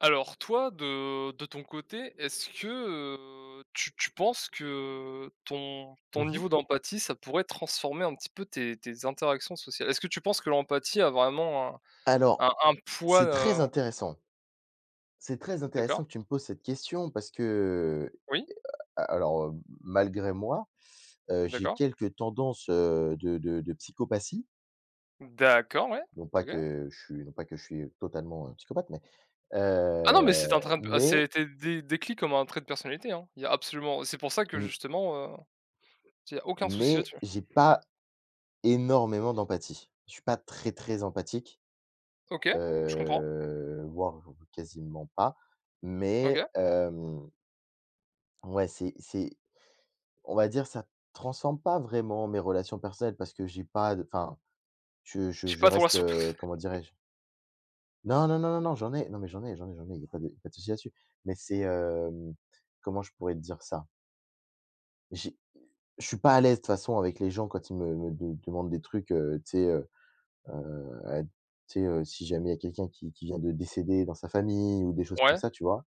Alors toi, de ton côté, est-ce que, tu penses que ton Mmh mh. niveau d'empathie, ça pourrait transformer un petit peu tes interactions sociales? Est-ce que tu penses que l'empathie a vraiment un Alors, un un poids, c'est très intéressant. C'est très d'accord, intéressant que tu me poses cette question parce que, oui, a alors, heu, malgré moi, j'ai d'accord, quelques tendances, de psychopathie. d'accord, ouais, Non pas OK. que je suis non pas que je suis totalement, psychopathe, Ah non, mais mais c'était dé décrit comme un trait de personnalité, hein. Il y a absolument C'est pour ça que m justement, il y a aucun souci mais là-dessus. j'ai pas énormément d'empathie. Je suis pas très, très empathique. OK, je comprends, Voire quasiment pas. Mais OK. Ouais, c'est on va dire, ça transforme pas vraiment mes relations personnelles parce que j'ai pas de enfin, je Je je suis je pas trop la reste, soupe. Comment dirais-je? Non, non, non, non, non, j'en ai non, mais j'en ai, j'en ai, j'en ai, il y a pas de y a pas de souci là-dessus. Mais c'est, comment je pourrais te dire ça? J'ai je suis pas à l'aise de toute façon avec les gens quand ils me me de demandent des trucs, heu, tu sais, si jamais il y a quelqu'un qui vient de décéder dans sa famille ou des choses comme Ouais. ça, tu vois?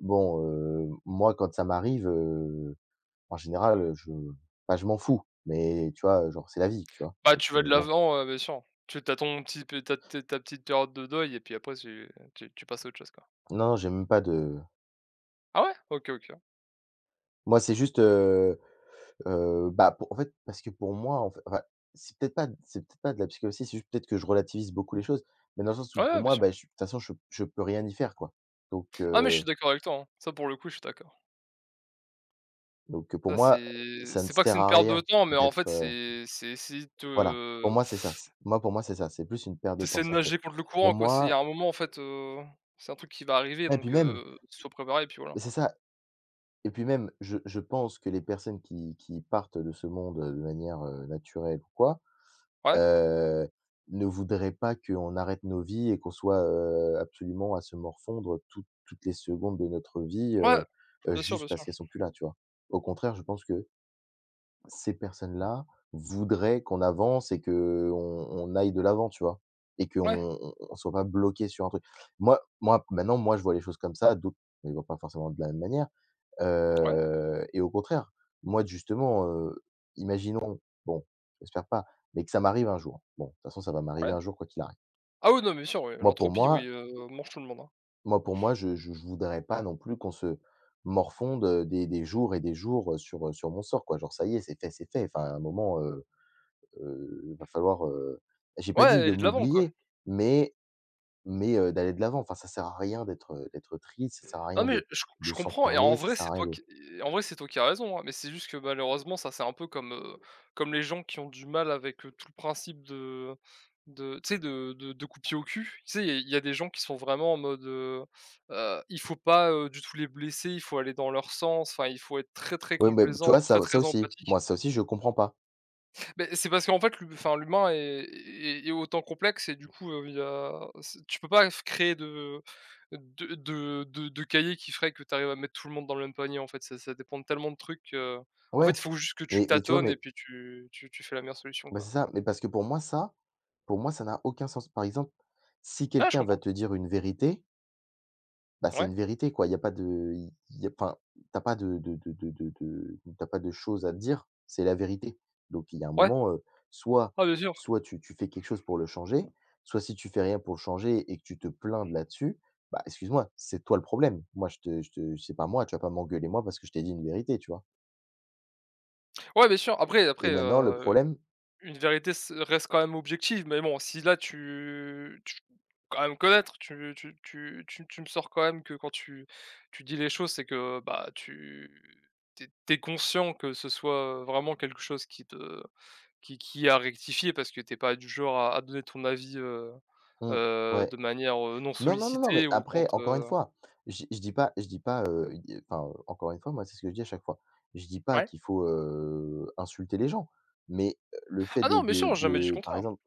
Bon, moi, quand ça m'arrive, en général, je pas je m'en fous, mais tu vois, genre, c'est la vie, tu vois? Bah, Donc, tu vas de bon. l'avant, bien sûr. Tu as ton petit p tu as ta petite période de deuil et puis après tu passes à autre chose, quoi. Non, j'ai même pas de Ah ouais? OK, OK. moi, c'est juste, bah, pour moi, en fait enfin, c'est peut-être pas de la psychologie c'est juste peut-être que je relativise beaucoup les choses, mais dans le sens Ouais, où pour ouais, bien moi, sûr. bah, je de toute façon, je peux rien y faire, quoi. Donc, Ah mais je heu, suis d'accord avec toi, hein. Ça pour le coup, je suis d'accord. donc, pour Ça moi, c'est ça ne c'est pas que c'est sert une à perte de rien temps, mais en fait d'être, c'est essayer de voilà, pour te moi, c'est ça. C moi, pour moi, c'est ça, c'est plus une perte tu de temps. essaies de C'est-à-dire que nager contre le pour courant, quoi. C'est il y moi a un moment en fait, c'est un truc qui va arriver et puis donc même sois préparé et puis voilà. mais c'est ça et puis même, je pense que les personnes qui partent de ce monde, de manière, naturelle ou quoi, Ouais, heu, ne voudraient pas qu'on arrête nos vies et qu'on soit, absolument à se morfondre toutes toutes les secondes de notre vie, ouais, bien sûr, juste bien sûr. parce qu'elles sont plus là, tu vois? Au contraire, je pense que ces personnes-là voudraient qu'on avance et qu'on on aille de l'avant, tu vois? Et qu'on Ouais, on soit pas bloqué sur un truc. Moi, je vois les choses comme ça, d'autres ne les voient pas forcément de la même manière. ouais, Et au contraire, moi justement, imaginons, bon, j'espère pas, mais que ça m'arrive un jour. Bon, de toute façon, ça va m'arriver ouais. un jour quoi qu'il arrive. Ah oui, non, mais bien sûr, oui, Moi pour l'entropie, oui, moi mange tout le monde, hein. moi pour moi, je voudrais pas non plus qu'on se morfonde, des jours et des jours, sur, sur mon sort quoi. Genre ça y est, c'est fait, c'est fait. Enfin à un moment, il va falloir, j'ai pas Ouais, dit de aller de l'avant, quoi. m'oublier, mais mais d'aller de l'avant. Enfin ça sert à rien d'être, d'être triste, ça sert à Non rien mais de je comprends, et en s'enfermer, ça vrai sert c'est à rien toi de qui et en vrai c'est toi qui as raison, hein, mais c'est juste que malheureusement ça c'est un peu comme, comme les gens qui ont du mal avec, tout le principe de tu sais de coup de pied au cul. Tu sais, il y a des gens qui sont vraiment en mode, il faut pas, du tout les blesser, il faut aller dans leur sens, enfin il faut être très, très ouais mais tu complaisant, vois très, ça ça très aussi, empathique. moi ça aussi je comprends pas. Beh, c'est parce qu'en fait, l'hu enfin, l'humain est autant complexe et du coup, il y a c tu peux pas f créer de cahier qui ferait que tu arrives à mettre tout le monde dans le même panier, en fait. Ça dépend de tellement de trucs, en fait, Ouais, il faut juste que tu mais tu vois, tâtonnes et mais puis tu fais la meilleure solution, bah, c'est quoi. ça, mais parce que pour moi ça n'a aucun sens. Par exemple, si Ah, je quelqu'un va comprends. te dire une vérité, bah, c'est Ouais, une vérité quoi, il y a pas de il y a enfin, t'as pas de de tu pas de choses à te dire, c'est la vérité. Donc il y a un ouais. moment, soit Ah, bien sûr. soit tu fais quelque chose pour le changer, soit si tu fais rien pour le changer et que tu te plains de là-dessus, bah, excuse-moi, c'est toi le problème. Moi je te c'est pas moi, tu vas pas m'engueuler moi parce que je t'ai dit une vérité, tu vois? Ouais, bien sûr. Après, Et maintenant, le problème. une vérité s reste quand même objective, mais bon, si là tu tu quand même connaître, tu me sors quand même que quand tu dis les choses, c'est que, bah, tu es conscient que ce soit vraiment quelque chose qui te qui est à rectifier parce que t'es pas du genre à donner ton avis, Mmh, ouais. de manière, non Non, non, non, non, sollicitée mais ou quand, après, encore une fois, je dis pas, i enfin, encore une fois, moi, c'est ce que je dis à chaque fois. Je dis pas ouais? qu'il faut, insulter les gens, mais, le fait Ah de non, mais sûr, de j'ai jamais dit le de par contraire. exemple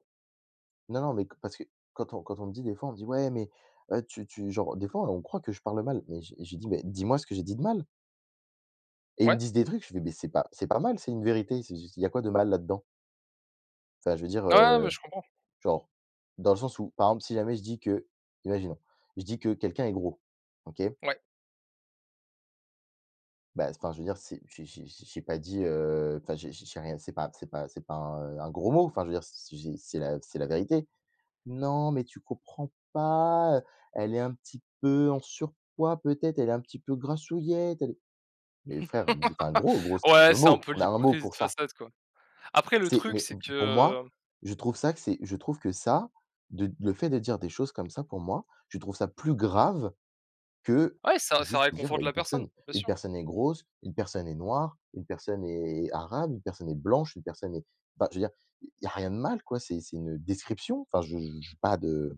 non, non, mais q parce que quand on me dit des fois, on me dit: «Ouais, mais, tu» genre des fois, on croit que je parle mal, mais j'ai dit: «Mais dis-moi ce que j'ai dit de mal» et ils me Ouais. disent des trucs, je fais: «Mais c'est pas mal, c'est une vérité, c'est juste il y a quoi de mal là-dedans?» enfin, je veux dire, Ouais, ouais, mais je comprends. genre, dans le sens où, par exemple, si jamais je dis que imaginons, je dis que quelqu'un est gros, OK? Ouais. Bah, enfin, je veux dire, c'est j'ai pas dit, enfin, j'ai rien, c'est pas c'est pas un, un gros mot, enfin, je veux dire, c'est la vérité. Non, mais tu comprends pas, elle est un petit peu en surpoids peut-être, elle est un petit peu grassouillette, elle est mais frère, dis enfin gros, gros, c'est Ouais, le c'est un mot, peu on a un mot l'hypocrisie de pour ça. façade, quoi. Après le C'est truc, mais c'est m pour moi, que je trouve ça que c'est je trouve que ça, de le fait de dire des choses comme ça, pour moi, je trouve ça plus grave que Ouais, ça juste dire, bah, réconforte la personne, bien une sûr. personne est grosse, une personne est noire, une personne est arabe, une personne est blanche, une personne est enfin je veux dire, il y a rien de mal quoi, c'est une description, enfin je j'ai pas de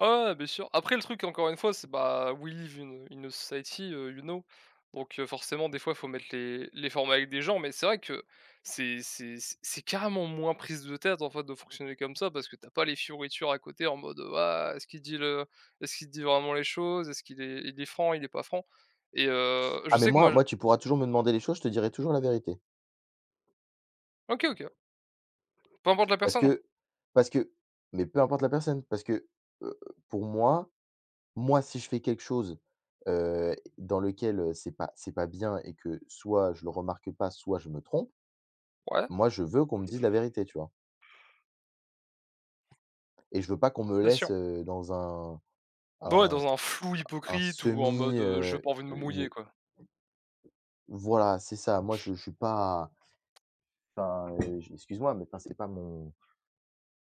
Ouais, ouais, bien sûr. Après le truc encore une fois, c'est bah, we live in a society, you know? Donc forcément des fois il faut mettre les formats avec des gens, mais c'est vrai que c'est carrément moins prise de tête en fait de fonctionner comme ça parce que t'as pas les fioritures à côté en mode, «Ah, est-ce qu'il dit vraiment les choses? Est-ce qu'il est il est franc, il est pas franc?» et je Ah mais sais que moi moi je moi tu pourras toujours me demander les choses, je te dirai toujours la vérité. OK, OK. Peu importe la Parce personne? que parce que mais peu importe la personne, parce que, heu, pour moi moi si je fais quelque chose, dans lequel, c'est pas bien et que soit je le remarque pas, soit je me trompe, Ouais, moi je veux qu'on me dise la vérité, tu vois? Et je veux pas qu'on me bien sûr. laisse, dans un Ouais, un dans un flou un hypocrite ou en mode, semi, je j'ai pas envie de me mouiller, une quoi. voilà, c'est ça. Moi je suis pas enfin, j excuse-moi mais enfin c'est pas mon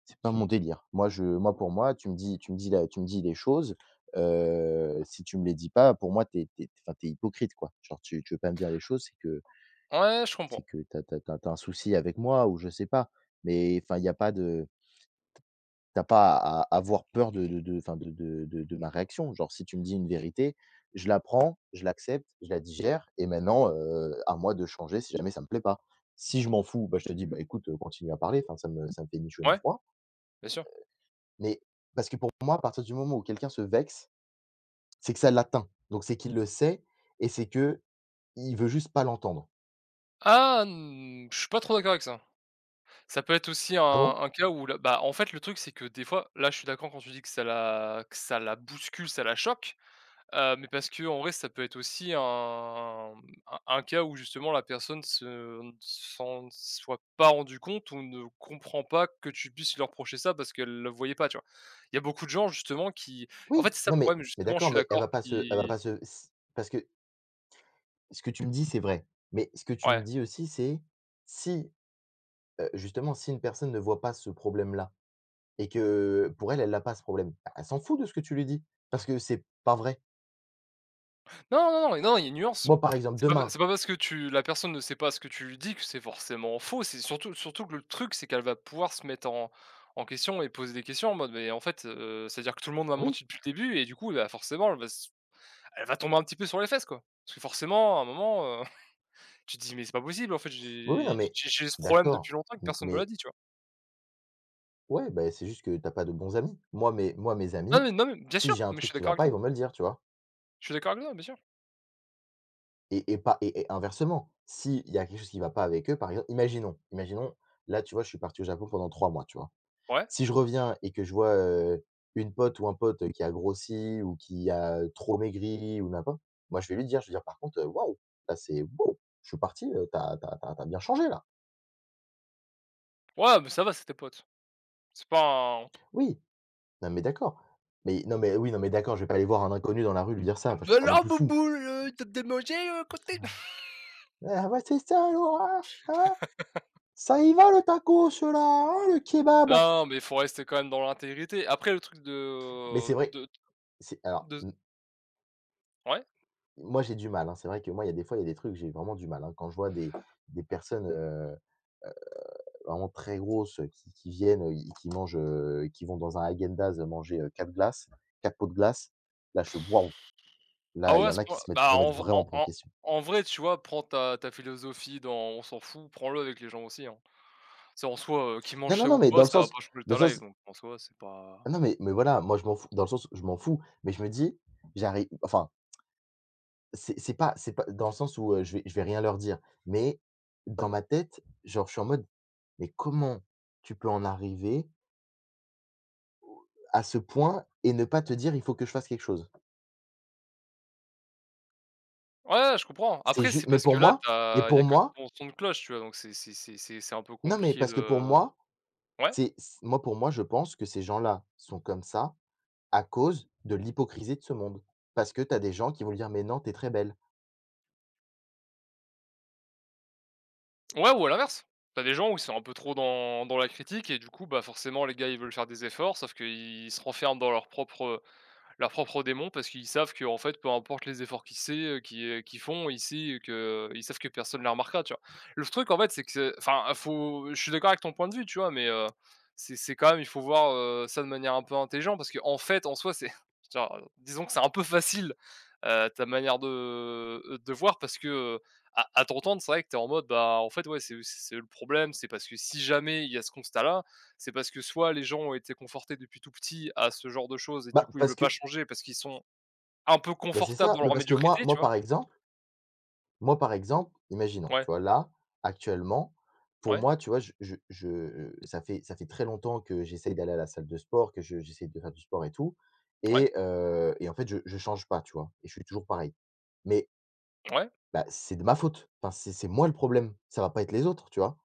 c'est pas mon délire. Moi, pour moi, tu me dis là, tu me dis les choses, si tu me les dis pas, pour moi, enfin, t'es hypocrite, quoi. Genre tu veux pas me dire les choses, c'est que Ouais, je comprends. T'as, t'as as un souci avec moi ou je sais pas. Mais enfin, il y a pas de t'as pas à avoir peur de enfin, de ma réaction. Genre si tu me dis une vérité, je la prends, je l'accepte, je la digère et maintenant, à moi de changer si jamais ça me plaît pas. Si je m'en fous, bah, je te dis: «Bah, écoute, continue à parler», enfin, ça me fait ni chaud ni Ouais, froid. bien sûr. Mais parce que pour moi, à partir du moment où quelqu'un se vexe, c'est que ça l'atteint. Donc c'est qu'il le sait et c'est que il veut juste pas l'entendre. Ah, je suis pas trop d'accord avec ça. Ça peut être aussi un Ah bon? un cas où la bah, en fait, le truc, c'est que des fois là, je suis d'accord quand tu dis que ça la bouscule, ça la choque, mais parce que en vrai, ça peut être aussi un cas où justement la personne se s'en soit pas rendu compte ou ne comprend pas que tu puisses lui reprocher ça parce qu'elle le voyait pas, tu vois? Il y a beaucoup de gens justement qui en Oui, fait, c'est ça non le mais problème mais justement, je d'accord, suis mais d'accord elle va qui pas se s parce que ce que tu me dis, c'est vrai. Mais ce que tu me ouais. dis aussi, c'est si, justement, si une personne ne voit pas ce problème-là et que pour elle, elle n'a pas ce problème, bah, elle s'en fout de ce que tu lui dis parce que c'est pas vrai. Non, non, non, non, il y a une nuance. Moi, par exemple, C'est pas demain c'est pas parce que tu la personne ne sait pas ce que tu lui dis que c'est forcément faux. C'est surtout que le truc, c'est qu'elle va pouvoir se mettre en question et poser des questions en mode: «Mais en fait, ça veut dire que tout le monde m'a oui, menti depuis le début.» Et du coup, bah, forcément, elle va tomber un petit peu sur les fesses, quoi. Parce que forcément, à un moment, tu te dis: «Mais c'est pas possible, en fait, oui, non j'ai mais j'ai j'ai ce problème depuis d'accord, longtemps que m personne me l'a mais dit», tu vois? ouais, beh, c'est juste que t'as pas de bons amis. Moi, mes Non, amis, mais non, mais bien sûr, si j'ai un mais je truc suis qui d'accord va avec pas, ils toi. vont me le dire, tu vois? Je suis d'accord avec toi, bien sûr. Et pas et et inversement, s'il y a quelque chose qui va pas avec eux, par exemple, imaginons, là, tu vois, je suis parti au Japon pendant 3 mois, tu vois? Ouais. Si je reviens et que je vois, une pote ou un pote, qui a grossi ou qui a trop maigri ou n'importe, moi, je vais lui dire, je vais dire: «Par contre, waouh, là, c'est waouh, je suis parti, t'as t'as tu as bien changé, là». Ouais, mais ça va, c'est tes potes. C'est pas un: «Oui, non, mais d'accord». Mais non, mais oui, non, mais d'accord, je vais pas aller voir un inconnu dans la rue lui dire ça, enfin, je «Bah, suis pas non alors, plus fou. Bouboule, tu as bien côté?» Ah ouais, c'est ça l'horreur, hein? Ça y va le tacos là, hein, le kebab? Non, mais il faut rester quand même dans l'intégrité. Après le truc Mais de c'est vrai, c'est alors, de m ouais? moi j'ai du mal, hein, c'est vrai que moi il y a des fois, il y a des trucs, j'ai vraiment du mal, hein. Quand je vois des personnes, vraiment très grosses, qui viennent, et qui mangent, qui vont dans un Häagen-Dazs manger, 4 glaces, 4 pots de glace. Là je fais: «Waouh!» Ah Là, il ouais, y à en ce a point qui se mettent bah, en remettent v vraiment en pas en en question. en vrai, tu vois, prends ta philosophie dans on s'en fout, prends-le avec les gens aussi, hein. C'est en soi, qu'ils Non, mangent non, ça non, ou mais pas, ça va pas changer dans le ta life, sens donc en soi, c'est pas non, mais voilà, moi je m'en fous, dans le sens, je m'en fous, mais je me dis: «J'arrive», enfin. C'est pas dans le sens où, je vais rien leur dire, mais dans ma tête, genre, je suis en mode: «Mais comment tu peux en arriver à ce point et ne pas te dire: "Il faut que je fasse quelque chose"?» ouais, je comprends. C'est Après, c'est juste, parce que là, tu mais as il y a pour que moi ton son de cloche, tu vois? Donc c'est un peu non, mais compliqué parce que pour de moi, ouais, c'est c moi pour moi, je pense que ces gens-là sont comme ça à cause de l'hypocrisie de ce monde. Parce que tu as des gens qui vont lui dire: «Mais non, t'es très belle». ouais ou à l'inverse. Tu as des gens où ils sont un peu trop dans la critique, et du coup, bah, forcément les gars, ils veulent faire des efforts, sauf qu'ils se renferment dans leurs propres démons, parce qu'ils savent que en fait, peu importe les efforts qu'ils font, ils savent que personne ne les remarquera, tu vois? Le truc en fait, c'est que enfin, faut je suis d'accord avec ton point de vue, tu vois? Mais, c'est quand même il faut voir, ça de manière un peu intelligente, parce que en fait, en soi, c'est genre, disons que c'est un peu facile, ta manière de, voir parce que, heu, à t'entendre, c'est vrai que t'es en mode, bah, en fait, ouais, c'est le problème, c'est parce que si jamais il y a ce constat-là, c'est parce que soit les gens ont été confortés depuis tout petit à ce genre de choses, et du Bah, coup ils parce veulent que pas changer parce qu'ils sont un peu bah, c'est confortables ça, dans bah, leur parce que moi médiocrité, tu moi, vois? par exemple Moi, par exemple, imaginons, Ouais, tu vois, là, actuellement, pour ouais, moi, tu vois, je ça fait très longtemps que j'essaye d'aller à la salle de sport, que je j'essaye de faire du sport et tout. ouais, Et en fait, je change pas, tu vois? Et je suis toujours pareil. Mais, ouais. bah, c'est de ma faute. Enfin, c'est moi le problème, ça va pas être les autres, tu vois?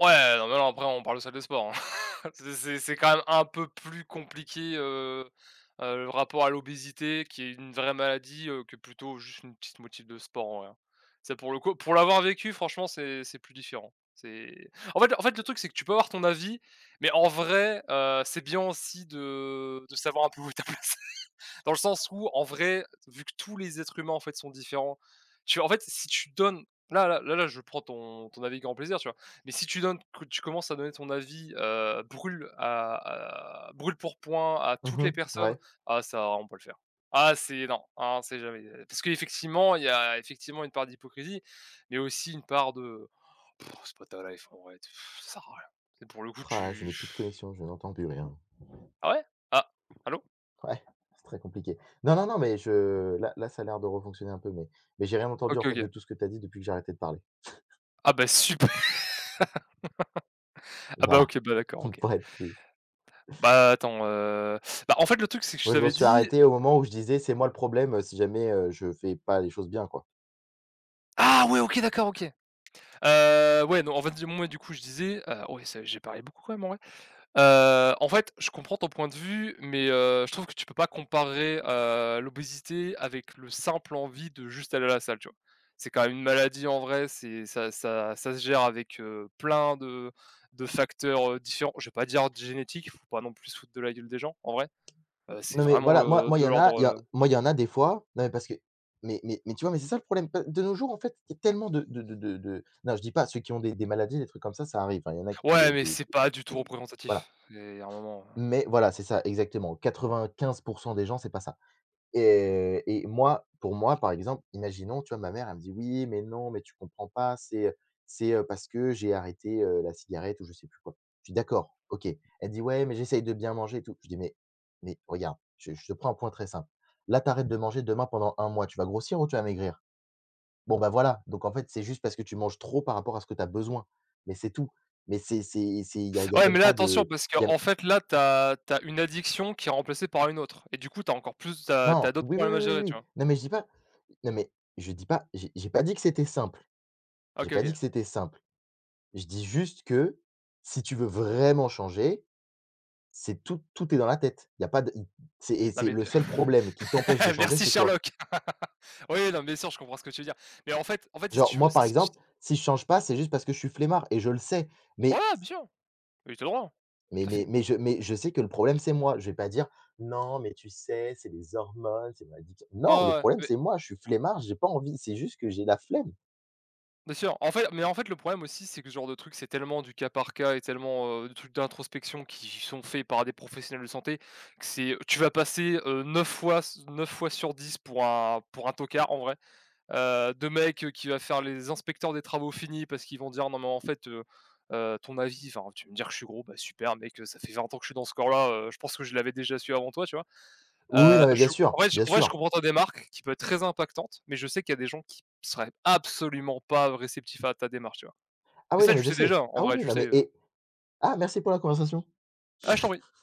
Ouais, non, mais non, après on parle de salle de sport, hein. C'est quand même un peu plus compliqué, le rapport à l'obésité qui est une vraie maladie, que plutôt juste une petite motive de sport en vrai, hein. Ça pour le coup pour l'avoir vécu franchement c'est plus différent. C'est En fait le truc c'est que tu peux avoir ton avis, mais en vrai, c'est bien aussi de savoir un peu où est ta place. Dans le sens où, en vrai, vu que tous les êtres humains, en fait, sont différents, tu en fait, si tu donnes là là là là, je prends ton avis avec grand plaisir, tu vois? Mais si tu donnes que tu commences à donner ton avis, brûle à brûle-pourpoint à toutes Mmh, les personnes, ouais. ah ça, on peut le faire. Ah c'est non, ah C'est jamais, parce qu'effectivement, il y a effectivement une part d'hypocrisie, mais aussi une part de: Pff, «C'est pas ta life en vrai, pff, ça sert à rien». Et pour le coup, Ah là, je tu n'ai plus de connexion, je n'entends plus rien. ah ouais? Ah, allô? Ouais, c'est très compliqué. Non, non, non, mais je là là, ça a l'air de refonctionner un peu, mais j'ai rien entendu, en OK, fait, de OK. tout ce que tu as dit depuis que j'ai arrêté de parler. Ah bah, super. Ah bah, Voilà, OK, bah, d'accord, OK. pour être plus Bah, attends, bah, en fait, le truc, c'est que je Moi, je m'en t'avais suis dit arrêté au moment où je disais: «C'est moi le problème, si jamais, je fais pas les choses bien, quoi». ah ouais, OK, d'accord, OK. Ouais, non, en fait, du coup, je disais, ouais, c'est j'ai parlé beaucoup quand même, en vrai. En fait, je comprends ton point de vue, mais je trouve que tu peux pas comparer, l'obésité avec le simple envie de juste aller à la salle, tu vois? C'est quand même une maladie, en vrai, c'est ça se gère avec, plein de facteurs, différents. Je vais pas dire génétiques, faut pas non plus se foutre de la gueule des gens, en vrai. C'est Non, mais vraiment, voilà, il de y en a, l'ordre, il y en a des fois. Non, mais parce que tu vois? Mais c'est ça le problème, pe de nos jours, en fait, il y a tellement de non, je dis pas ceux qui ont des maladies, des trucs comme ça arrive, hein, il y en a qui ont ouais, mais c'est pas du tout des voilà. représentatif. C'est Il y a un moment, Mais voilà, c'est ça, exactement. 95 des gens, c'est pas ça. Et moi, pour moi, par exemple, imaginons, tu vois, ma mère, elle me dit: «Oui, mais non, mais tu comprends pas, c'est, parce que j'ai arrêté, la cigarette», ou je sais plus quoi. Je dis: «D'accord, OK». Elle dit: «Ouais, mais j'essaye de bien manger et tout». Je dis: «Mais regarde, je te prends un point très simple. Là, t'arrêtes de manger demain pendant un mois, tu vas grossir ou tu vas maigrir? Bon, bah, voilà, donc en fait, c'est juste parce que tu manges trop par rapport à ce que tu as besoin, mais c'est tout». Mais c'est il y a ouais, mais même là pas attention, de parce y a qu'en fait là, t'as as une addiction qui est remplacée par une autre, et du coup t'as encore plus t'as t'as non, d'autres oui, oui, problèmes oui, à oui, gérer, tu oui. vois? Non, mais je dis pas non, mais je dis pas j'ai pas dit que c'était simple. Ah, J'ai OK, pas dit OK. que c'était simple. Je dis juste que si tu veux vraiment changer, c'est tout tout est dans la tête. Il y a pas de c'est Et Non c'est mais le seul problème qui t'empêche de changer, merci c'est toi. Sherlock. Oui, non, mais bien sûr, je comprends ce que tu veux dire. Mais en fait, si Genre tu veux, moi, si par tu exemple, si je change pas, c'est juste parce que je suis flemmard et je le sais. Mais ouais, bien sûr, mais tu le droit, mais tout à mais fait. mais je mais je sais que le problème, c'est moi. Je vais pas dire: «Non, mais tu sais, c'est les hormones, c'est mon addiction». Ouais, Non, le ouais. problème, Ouais. c'est moi, je suis flemmard, j'ai pas envie, c'est juste que j'ai la flemme. Bien sûr. En fait mais en fait, le problème aussi, c'est que ce genre de truc, c'est tellement du cas par cas et tellement, de trucs d'introspection qui sont faits par des professionnels de santé, que c'est tu vas passer, 9 fois 9 fois sur 10 pour un tocard en vrai, de mec, qui va faire les inspecteurs des travaux finis, parce qu'ils vont dire: «Non mais en fait, ton avis enfin, tu veux me dire que je suis gros? Bah super mec, ça fait 20 ans que je suis dans ce corps-là, je pense que je l'avais déjà su avant toi», tu vois? Oui, oui, non, mais bien Je sûr, bien en vrai, je sûr. comprends ta démarque qui peut être très impactante, mais je sais qu'il y a des gens qui seraient absolument pas réceptifs à ta démarche, tu vois? Ah Mais oui, ça, non, tu mais le je sais sais. déjà, hein, en Ah oui, vrai, oui, tu le non, sais, ah, merci pour la conversation. ah, je t'en prie.